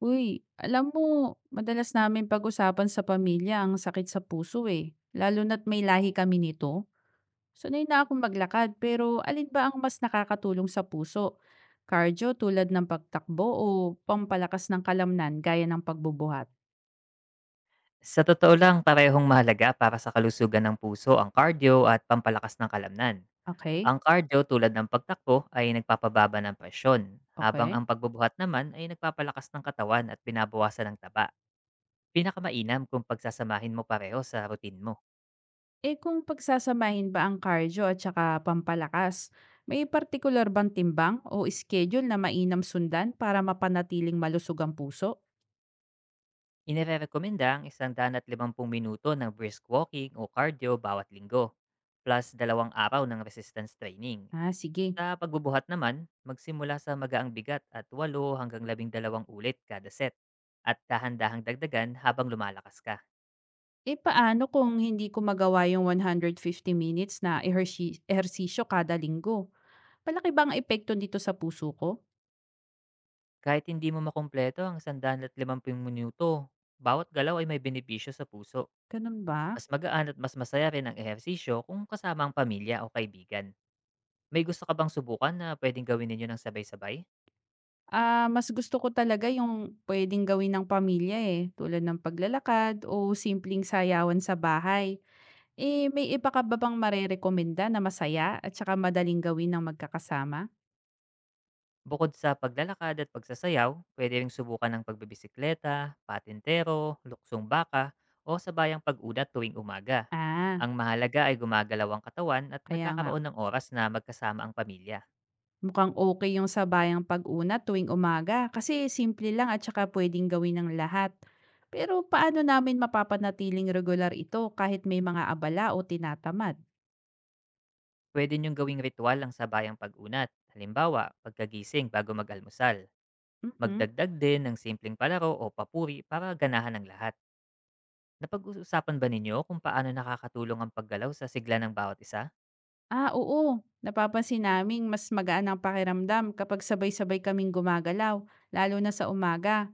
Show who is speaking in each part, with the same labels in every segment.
Speaker 1: Uy, alam mo, madalas namin pag-usapan sa pamilya ang sakit sa puso eh. Lalo na't may lahi kami nito. Sanay na akong maglakad, pero alin ba ang mas nakakatulong sa puso? Cardio tulad ng pagtakbo o pampalakas ng kalamnan gaya ng pagbubuhat?
Speaker 2: Sa totoo lang, parehong mahalaga para sa kalusugan ng puso ang cardio at pampalakas ng kalamnan.
Speaker 1: Okay,
Speaker 2: Ang cardio tulad ng pagtakbo ay nagpapababa ng presyon, habang
Speaker 1: okay.
Speaker 2: ang pagbubuhat naman ay nagpapalakas ng katawan at binabawasan ng taba. Pinakamainam kung pagsasamahin mo pareho sa routine mo.
Speaker 1: Eh kung pagsasamahin ba ang cardio at saka pampalakas, may particular bang timbang o schedule na mainam sundan para mapanatiling malusog ang puso?
Speaker 2: Inirekomenda ang 150 minuto ng brisk walking o cardio bawat linggo, plus 2 araw ng resistance training.
Speaker 1: Ah, sige.
Speaker 2: Sa pagbubuhat naman, magsimula sa magaang bigat at 8 hanggang 12 ulit kada set at dahan-dahang dagdagan habang lumalakas ka.
Speaker 1: Eh, paano kung hindi ko magawa yung 150 minutes na ehersisyo kada linggo? Malaki ba ang epekto nito sa puso ko?
Speaker 2: Kahit hindi mo makumpleto ang 150 minuto, bawat galaw ay may benepisyo sa puso.
Speaker 1: Ganun ba?
Speaker 2: Mas magaan at mas masaya rin ang ehersisyo kung kasama ang pamilya o kaibigan. May gusto ka bang subukan na pwedeng gawin ninyo ng sabay-sabay?
Speaker 1: Ah, mas gusto ko talaga yung puwedeng gawin ng pamilya, eh, tulad ng paglalakad o simpleng sayawan sa bahay. Eh, may iba ka ba bang marerekomenda na masaya at saka madaling gawin ng magkakasama?
Speaker 2: Bukod sa paglalakad at pagsasayaw, pwede ring subukan ng pagbibisikleta, patintero, luksong baka, o sabayang pag-ulat tuwing umaga.
Speaker 1: Ah,
Speaker 2: Ang mahalaga ay gumagalaw ang katawan at
Speaker 1: kaya nga.
Speaker 2: nagkakaroon ng oras na magkasama ang pamilya.
Speaker 1: Mukhang okay yung sabayang pag-unat tuwing umaga kasi simple lang at saka pwedeng gawin ng lahat. Pero paano namin mapapanatiling regular ito kahit may mga abala o tinatamad?
Speaker 2: Pwede niyong gawing ritual ang sabayang pag-unat, halimbawa pagkagising bago mag-almusal.
Speaker 1: Mhm.
Speaker 2: Magdagdag din ng simpleng palaro o papuri para ganahan ng lahat. Napag-uusapan ba ninyo kung paano nakakatulong ang paggalaw sa sigla ng bawat isa?
Speaker 1: Ah, oo. Napapansin naming mas magaan ang pakiramdam kapag sabay-sabay kaming gumagalaw, lalo na sa umaga.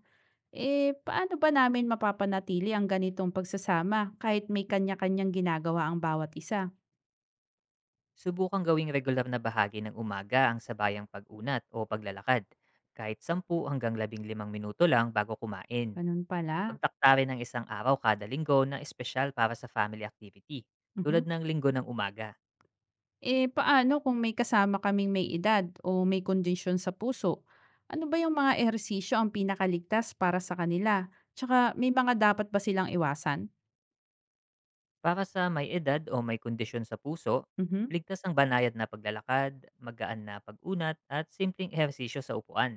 Speaker 1: Eh, paano ba namin mapapanatili ang ganitong pagsasama kahit may kanya-kanyang ginagawa ang bawat isa?
Speaker 2: Subukang gawing regular na bahagi ng umaga ang sabayang pag-unat o paglalakad, kahit 10 hanggang 15 minuto lang bago kumain.
Speaker 1: Ganun pala.
Speaker 2: Pagtakta rin ng isang araw kada linggo na espesyal para sa family activity,
Speaker 1: Mhm.
Speaker 2: tulad ng linggo ng umaga.
Speaker 1: Eh, paano kung may kasama kaming may edad o may kondisyon sa puso? Ano ba yung mga ehersisyo ang pinakaligtas para sa kanila? Tsaka may mga dapat ba silang iwasan?
Speaker 2: Para sa may edad o may kondisyon sa puso,
Speaker 1: Mhm.
Speaker 2: ligtas ang banayad na paglalakad, magaan na pag-unat at simpleng ehersisyo sa upuan.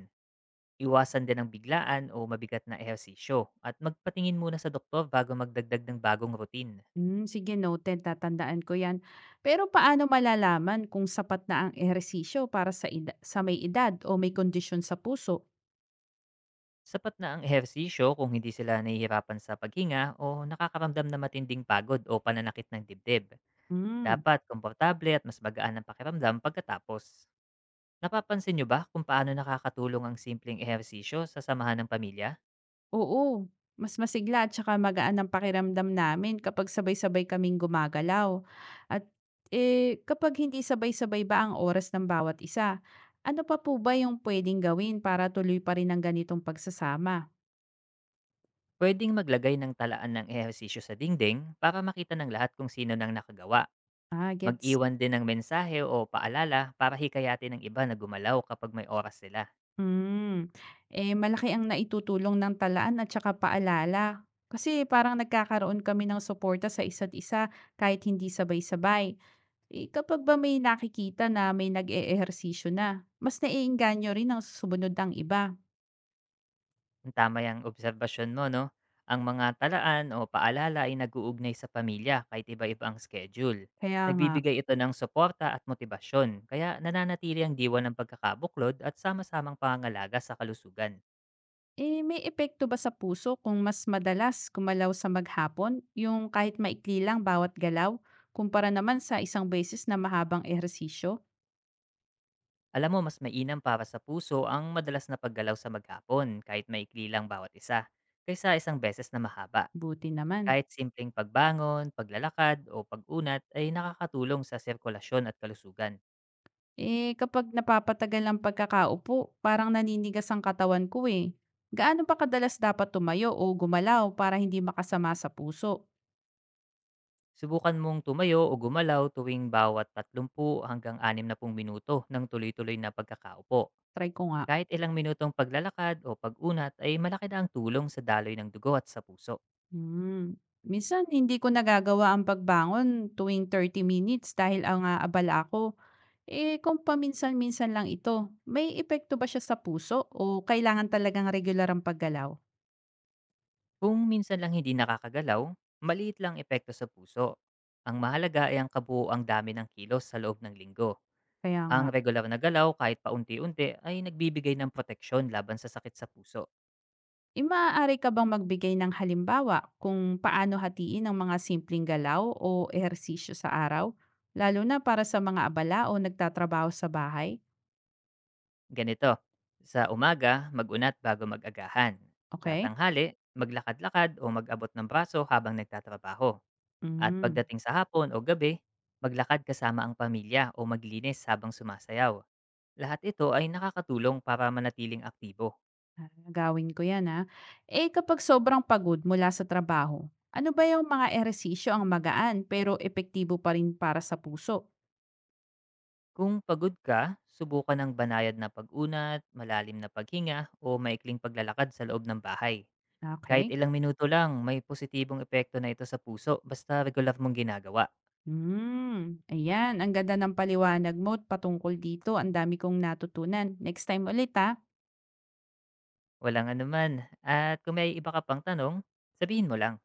Speaker 2: Iwasan din ang biglaan o mabigat na ehersisyo at magpatingin muna sa doktor bago magdagdag ng bagong routine.
Speaker 1: Mm, sige, noted. Tatandaan ko yan. Pero paano malalaman kung sapat na ang ehersisyo para sa, sa may edad o may kondisyon sa puso?
Speaker 2: Sapat na ang ehersisyo kung hindi sila nahihirapan sa paghinga o nakakaramdam na matinding pagod o pananakit ng dibdib.
Speaker 1: Mm.
Speaker 2: Dapat komportable at mas magaan ang pakiramdam pagkatapos. Napapansin nyo ba kung paano nakakatulong ang simpleng ehersisyo sa samahan ng pamilya?
Speaker 1: Oo, mas masigla at saka magaan ang pakiramdam namin kapag sabay-sabay kaming gumagalaw. At eh, kapag hindi sabay-sabay ba ang oras ng bawat isa, ano pa po ba yung pwedeng gawin para tuloy pa rin ang ganitong pagsasama?
Speaker 2: Pwedeng maglagay ng talaan ng ehersisyo sa dingding para makita ng lahat kung sino nang nakagawa.
Speaker 1: Ah, gets.
Speaker 2: Mag-iwan din ng mensahe o paalala para hikayatin ng iba na gumalaw kapag may oras sila.
Speaker 1: Hmm. Eh, malaki ang naitutulong ng talaan at saka paalala. Kasi parang nagkakaroon kami ng suporta sa isa't isa kahit hindi sabay-sabay. Eh, kapag ba may nakikita na may nag-eehersisyo na, mas naiengganyo rin ang susunod ng iba.
Speaker 2: Tama yung obserbasyon mo 'no. Ang mga talaan o paalala ay nag-uugnay sa pamilya kahit iba-iba ang schedule.
Speaker 1: Kaya nga,
Speaker 2: Nagbibigay ito ng suporta at motibasyon kaya nananatili ang diwa ng pagkakabuklod at sama-samang pangangalaga sa kalusugan.
Speaker 1: eh, may epekto ba sa puso kung mas madalas gumalaw sa maghapon, yung kahit maikli lang bawat galaw, kumpara naman sa isang beses na mahabang ehersisyo?
Speaker 2: Alam mo mas mainam para sa puso ang madalas na paggalaw sa maghapon kahit maikli lang bawat isa, kaysa isang beses na mahaba.
Speaker 1: Buti naman.
Speaker 2: Kahit simpleng pagbangon, paglalakad o pag-unat ay nakakatulong sa sirkulasyon at kalusugan.
Speaker 1: Eh kapag napapatagal ang pagkakaupo, parang naninigas ang katawan ko eh. Gaano pa kadalas dapat tumayo o gumalaw para hindi makasama sa puso?
Speaker 2: Subukan mong tumayo o gumalaw tuwing bawat 30 hanggang 60 minuto ng tuloy-tuloy na pagkakaupo.
Speaker 1: Try ko nga.
Speaker 2: Kahit ilang minutong paglalakad o pag-unat ay malaki na ang tulong sa daloy ng dugo at sa puso.
Speaker 1: Hmm. Minsan hindi ko nagagawa ang pagbangon tuwing 30 minutes dahil ang abala ako. Eh kung paminsan-minsan lang ito, may epekto ba siya sa puso o kailangan talagang regular ang paggalaw?
Speaker 2: Kung minsan lang hindi nakakagalaw, maliit lang epekto sa puso. Ang mahalaga ay ang kabuoang dami ng kilos sa loob ng linggo.
Speaker 1: Kaya nga,
Speaker 2: Ang regular na galaw kahit paunti-unti ay nagbibigay ng proteksyon laban sa sakit sa puso.
Speaker 1: eh, ka bang magbigay ng halimbawa kung paano hatiin ang mga simpleng galaw o ehersisyo sa araw? Lalo na para sa mga abala o nagtatrabaho sa bahay?
Speaker 2: Ganito, sa umaga, mag-unat bago mag-agahan. Sa
Speaker 1: Okay?
Speaker 2: tanghali, maglakad-lakad o mag-abot ng braso habang nagtatrabaho. At
Speaker 1: Mm.
Speaker 2: pagdating sa hapon o gabi, maglakad kasama ang pamilya o maglinis habang sumasayaw. Lahat ito ay nakakatulong para manatiling aktibo.
Speaker 1: Ah, gagawin ko 'yan, ah. Eh, kapag sobrang pagod mula sa trabaho, ano ba yung mga ehersisyo ang magaan pero epektibo pa rin para sa puso?
Speaker 2: Kung pagod ka, subukan ng banayad na pag-unat, malalim na paghinga o maikling paglalakad sa loob ng bahay. Kahit
Speaker 1: Okay.
Speaker 2: ilang minuto lang, may positibong epekto na ito sa puso basta regular mong ginagawa.
Speaker 1: Hmm, ayan ang ganda ng paliwanag mo at patungkol dito, ang dami kong natutunan. Next time ulit, ah.
Speaker 2: Walang anuman. At kung may iba ka pang tanong, sabihin mo lang.